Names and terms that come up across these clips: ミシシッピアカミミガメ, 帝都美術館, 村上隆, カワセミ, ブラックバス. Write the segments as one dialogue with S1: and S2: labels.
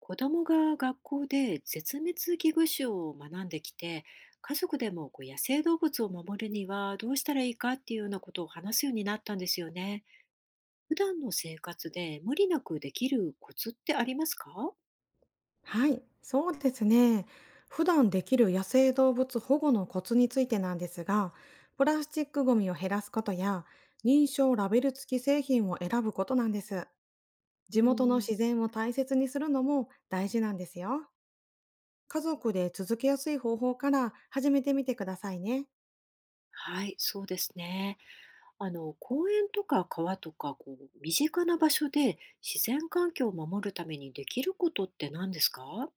S1: 子供が学校で絶滅危惧種を学んできて、家族でもこう野生動物を守るにはどうしたらいいかっていうようなことを話すようになったんですよね。普段の生活で無理なくできるコツってありますか？
S2: はい、そうですね。普段できる野生動物保護のコツについてなんですが、プラスチックごみを減らすことや、認証ラベル付き製品を選ぶことなんです。
S1: う
S2: 地元の
S1: ー
S2: 自
S1: ん。
S2: 然を大切にするのも大事なんですよ。家族で続けやすい方法から始めてみてくださいね。
S1: はい、そうですね。あの、公園とか川とか、こう、身近な場所で自然環境を守るためにできることって何ですか？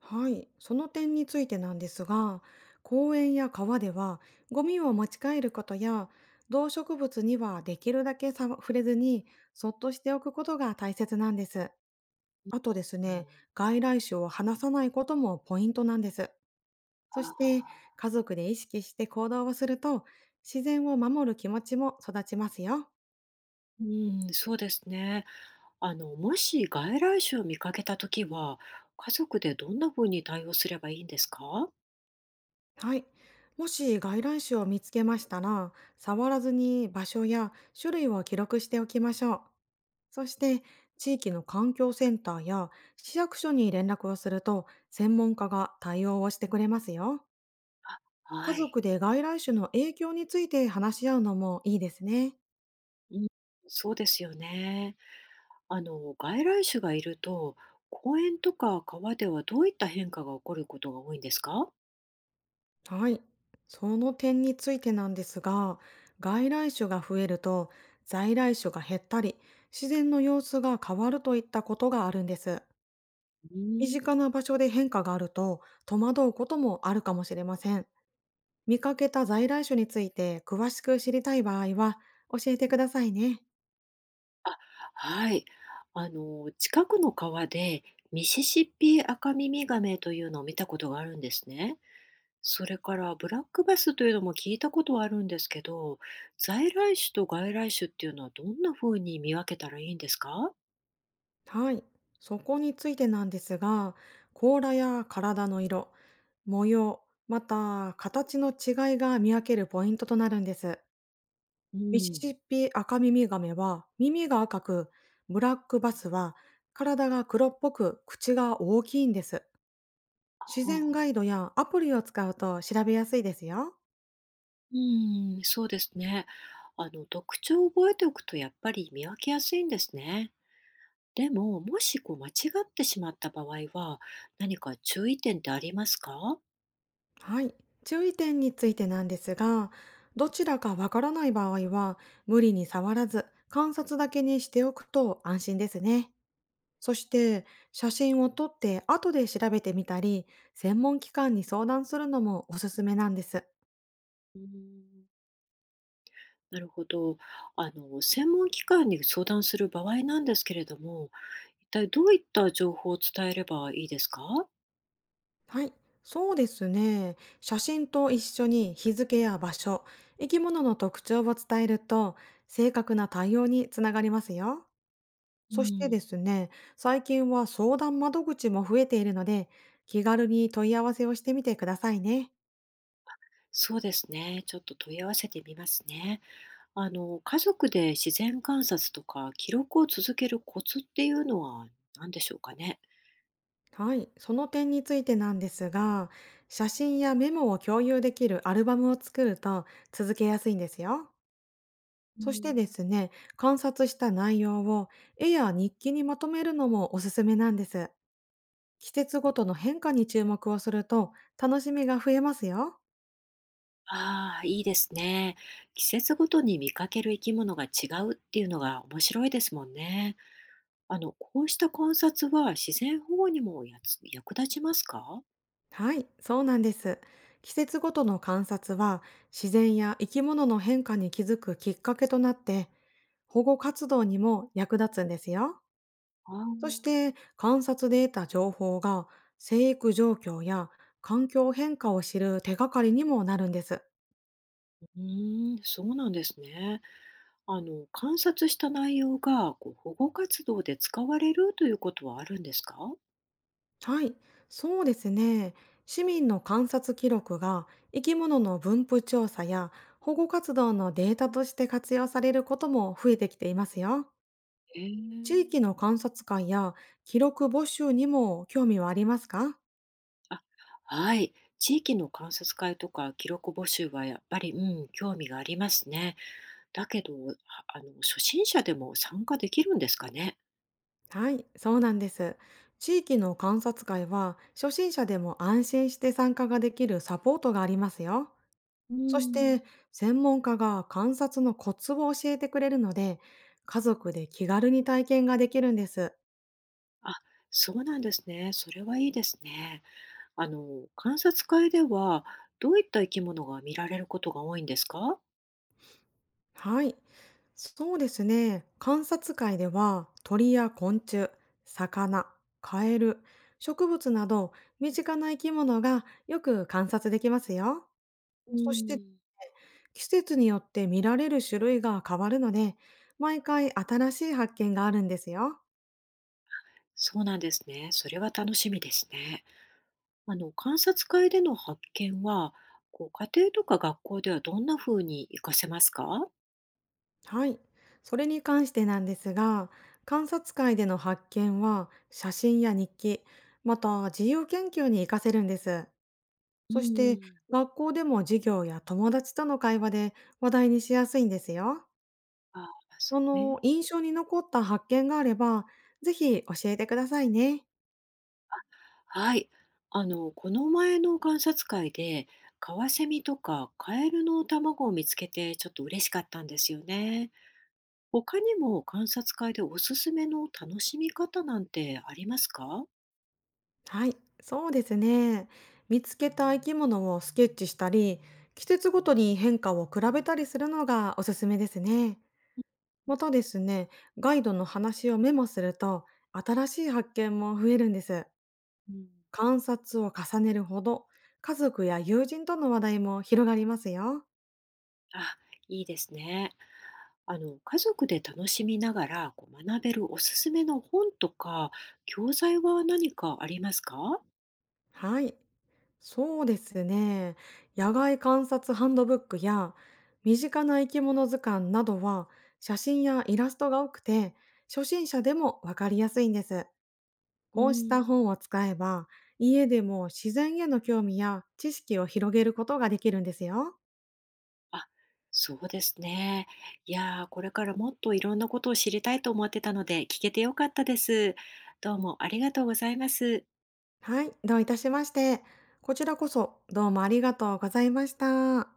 S2: はい、その点についてなんですが、公園や川ではゴミを持ち帰ることや、動植物にはできるだけさ触れずに、そっとしておくことが大切なんです。あとです
S1: うん。
S2: ね、外来種を話さないこともポイントなんです。そして、
S1: ああ。
S2: 家族で意識して行動をすると、自然を守る気持ちも育ちますよ。
S1: うん、そうですね。あの、もし外来種を見かけたときは、家族でどんなふうに対応すればいいんですか？
S2: はい。もし外来種を見つけましたら、触らずに場所や種類を記録しておきましょう。そして、地域の環境センターや市役所に連絡をすると、専門家が対応をしてくれますよ。家
S1: はい。
S2: 族で外来種の影響について話し合うのもいいですね。
S1: うん、そうですよね。あの、外来種がいると、公園とか川ではどういった変化が起こることが多いんですか？
S2: はい。その点についてなんですが、外来種が増えると、在来種が減ったり、自然の様子が変わるといったことがあるんです。
S1: う
S2: 身
S1: ー
S2: 近
S1: ん。
S2: な場所で変化があると戸惑うこともあるかもしれません。見かけた在来種について詳しく知りたい場合は教えてくださいね。
S1: あ、はい。あの、近くの川でミシシッピアカミミガメというのを見たことがあるんですね。それからブラックバスというのも聞いたことはあるんですけど、在来種と外来種っていうのはどんな風に見分けたらいいんですか？
S2: はい。そこについてなんですが、甲羅や体の色、模様、また形の違いが見分けるポイントとなるんです。
S1: う
S2: ミシシ
S1: ん。
S2: ッピアカミミガメは耳が赤く、ブラックバスは体が黒っぽく口が大きいんです。
S1: あ
S2: 自然ガイド
S1: あ、
S2: やアプリを使うと調べやすいですよ。
S1: うん、そうですね。あの、特徴を覚えておくとやっぱり見分けやすいんですね。でも、もしこう間違ってしまった場合は、何か注意点ってありますか？
S2: はい。注意点についてなんですが、どちらかわからない場合は、無理に触らず、観察だけにしておくと安心ですね。そして、写真を撮って後で調べてみたり、専門機関に相談するのもおすすめなんです。
S1: うん、なるほど。あの、専門機関に相談する場合なんですけれども、一体どういった情報を伝えればいいですか？
S2: はい。そうですね。写真と一緒に日付や場所、生き物の特徴を伝えると、正確な対応につながりますよ。
S1: う
S2: そしてで
S1: ん。
S2: すね、最近は相談窓口も増えているので、気軽に問い合わせをしてみてくださいね。
S1: そうですね。ちょっと問い合わせてみますね。あの、家族で自然観察とか記録を続けるコツっていうのは何でしょうかね。
S2: はい、その点についてなんですが、写真やメモを共有できるアルバムを作ると続けやすいんですよ。
S1: う
S2: そして
S1: ん。
S2: ですね、観察した内容を絵や日記にまとめるのもおすすめなんです。季節ごとの変化に注目をすると楽しみが増えますよ。
S1: ああ、いいですね。季節ごとに見かける生き物が違うっていうのが面白いですもんね。あの、こうした観察は自然保護にもやつ役立ちますか？
S2: はい、そうなんです。季節ごとの観察は自然や生き物の変化に気づくきっかけとなって保護活動にも役立つんですよ。
S1: ああ。
S2: そして観察で得た情報が生育状況や環境変化を知る手がかりにもなるんです。
S1: うーん、そうなんですね。あの、観察した内容がこう保護活動で使われるということはあるんですか？
S2: はい、そうですね。市民の観察記録が生き物の分布調査や保護活動のデータとして活用されることも増えてきていますよ。
S1: へえ
S2: 地
S1: ー。
S2: 域の観察会や記録募集にも興味はありますか？
S1: あ、はい。地域の観察会とか記録募集はやっぱり、うん、興味がありますね。だけど、ああの、初心者でも参加できるんですかね？
S2: はい、そうなんです。地域の観察会は初心者でも安心して参加ができるサポートがありますよ。
S1: う
S2: そして
S1: ん。
S2: 専門家が観察のコツを教えてくれるので家族で気軽に体験ができるんです。
S1: あ、そうなんですね。それはいいですね。あの、観察会では、どういった生き物が見られることが多いんですか？
S2: はい。そうですね。観察会では鳥や昆虫、魚、カエル、植物など身近な生き物がよく観察できますよ。
S1: う
S2: そして
S1: ん、
S2: 季節によって見られる種類が変わるので、毎回新しい発見があるんですよ。
S1: そうなんですね。それは楽しみですね。あの、観察会での発見は、こう家庭とか学校ではどんな風に活かせますか？
S2: はい。それに関してなんですが、観察会での発見は写真や日記、また自由研究に活かせるんです。
S1: う
S2: そして、
S1: ん、
S2: 学校でも授業や友達との会話で話題にしやすいんですよ。
S1: あ、そ
S2: あ
S1: う
S2: の、
S1: ね。
S2: 印象に残った発見があれば、ぜひ教えてくださいね。
S1: はい。あの、この前の観察会で、カワセミとかカエルの卵を見つけて、ちょっと嬉しかったんですよね。他にも観察会でおすすめの楽しみ方なんてありますか？
S2: はい、そうですね。見つけた生き物をスケッチしたり、季節ごとに変化を比べたりするのがおすすめですね。またですね、ガイドの話をメモすると、新しい発見も増えるんです。
S1: うん、
S2: 観察を重ねるほど、家族や友人との話題も広がりますよ。
S1: あ、いいですね。あの、家族で楽しみながらこう学べるおすすめの本とか教材は何かありますか？
S2: はい、そうですね。野外観察ハンドブックや身近な生き物図鑑などは写真やイラストが多くて初心者でもわかりやすいんです。
S1: う
S2: こうした
S1: ん。
S2: 本を使えば家でも自然への興味や知識を広げることができるんですよ。
S1: あ、そうですね。いやー、これからもっといろんなことを知りたいと思ってたので、聞けてよかったです。どうもありがとうございます。
S2: はい、どういたしまして。こちらこそどうもありがとうございました。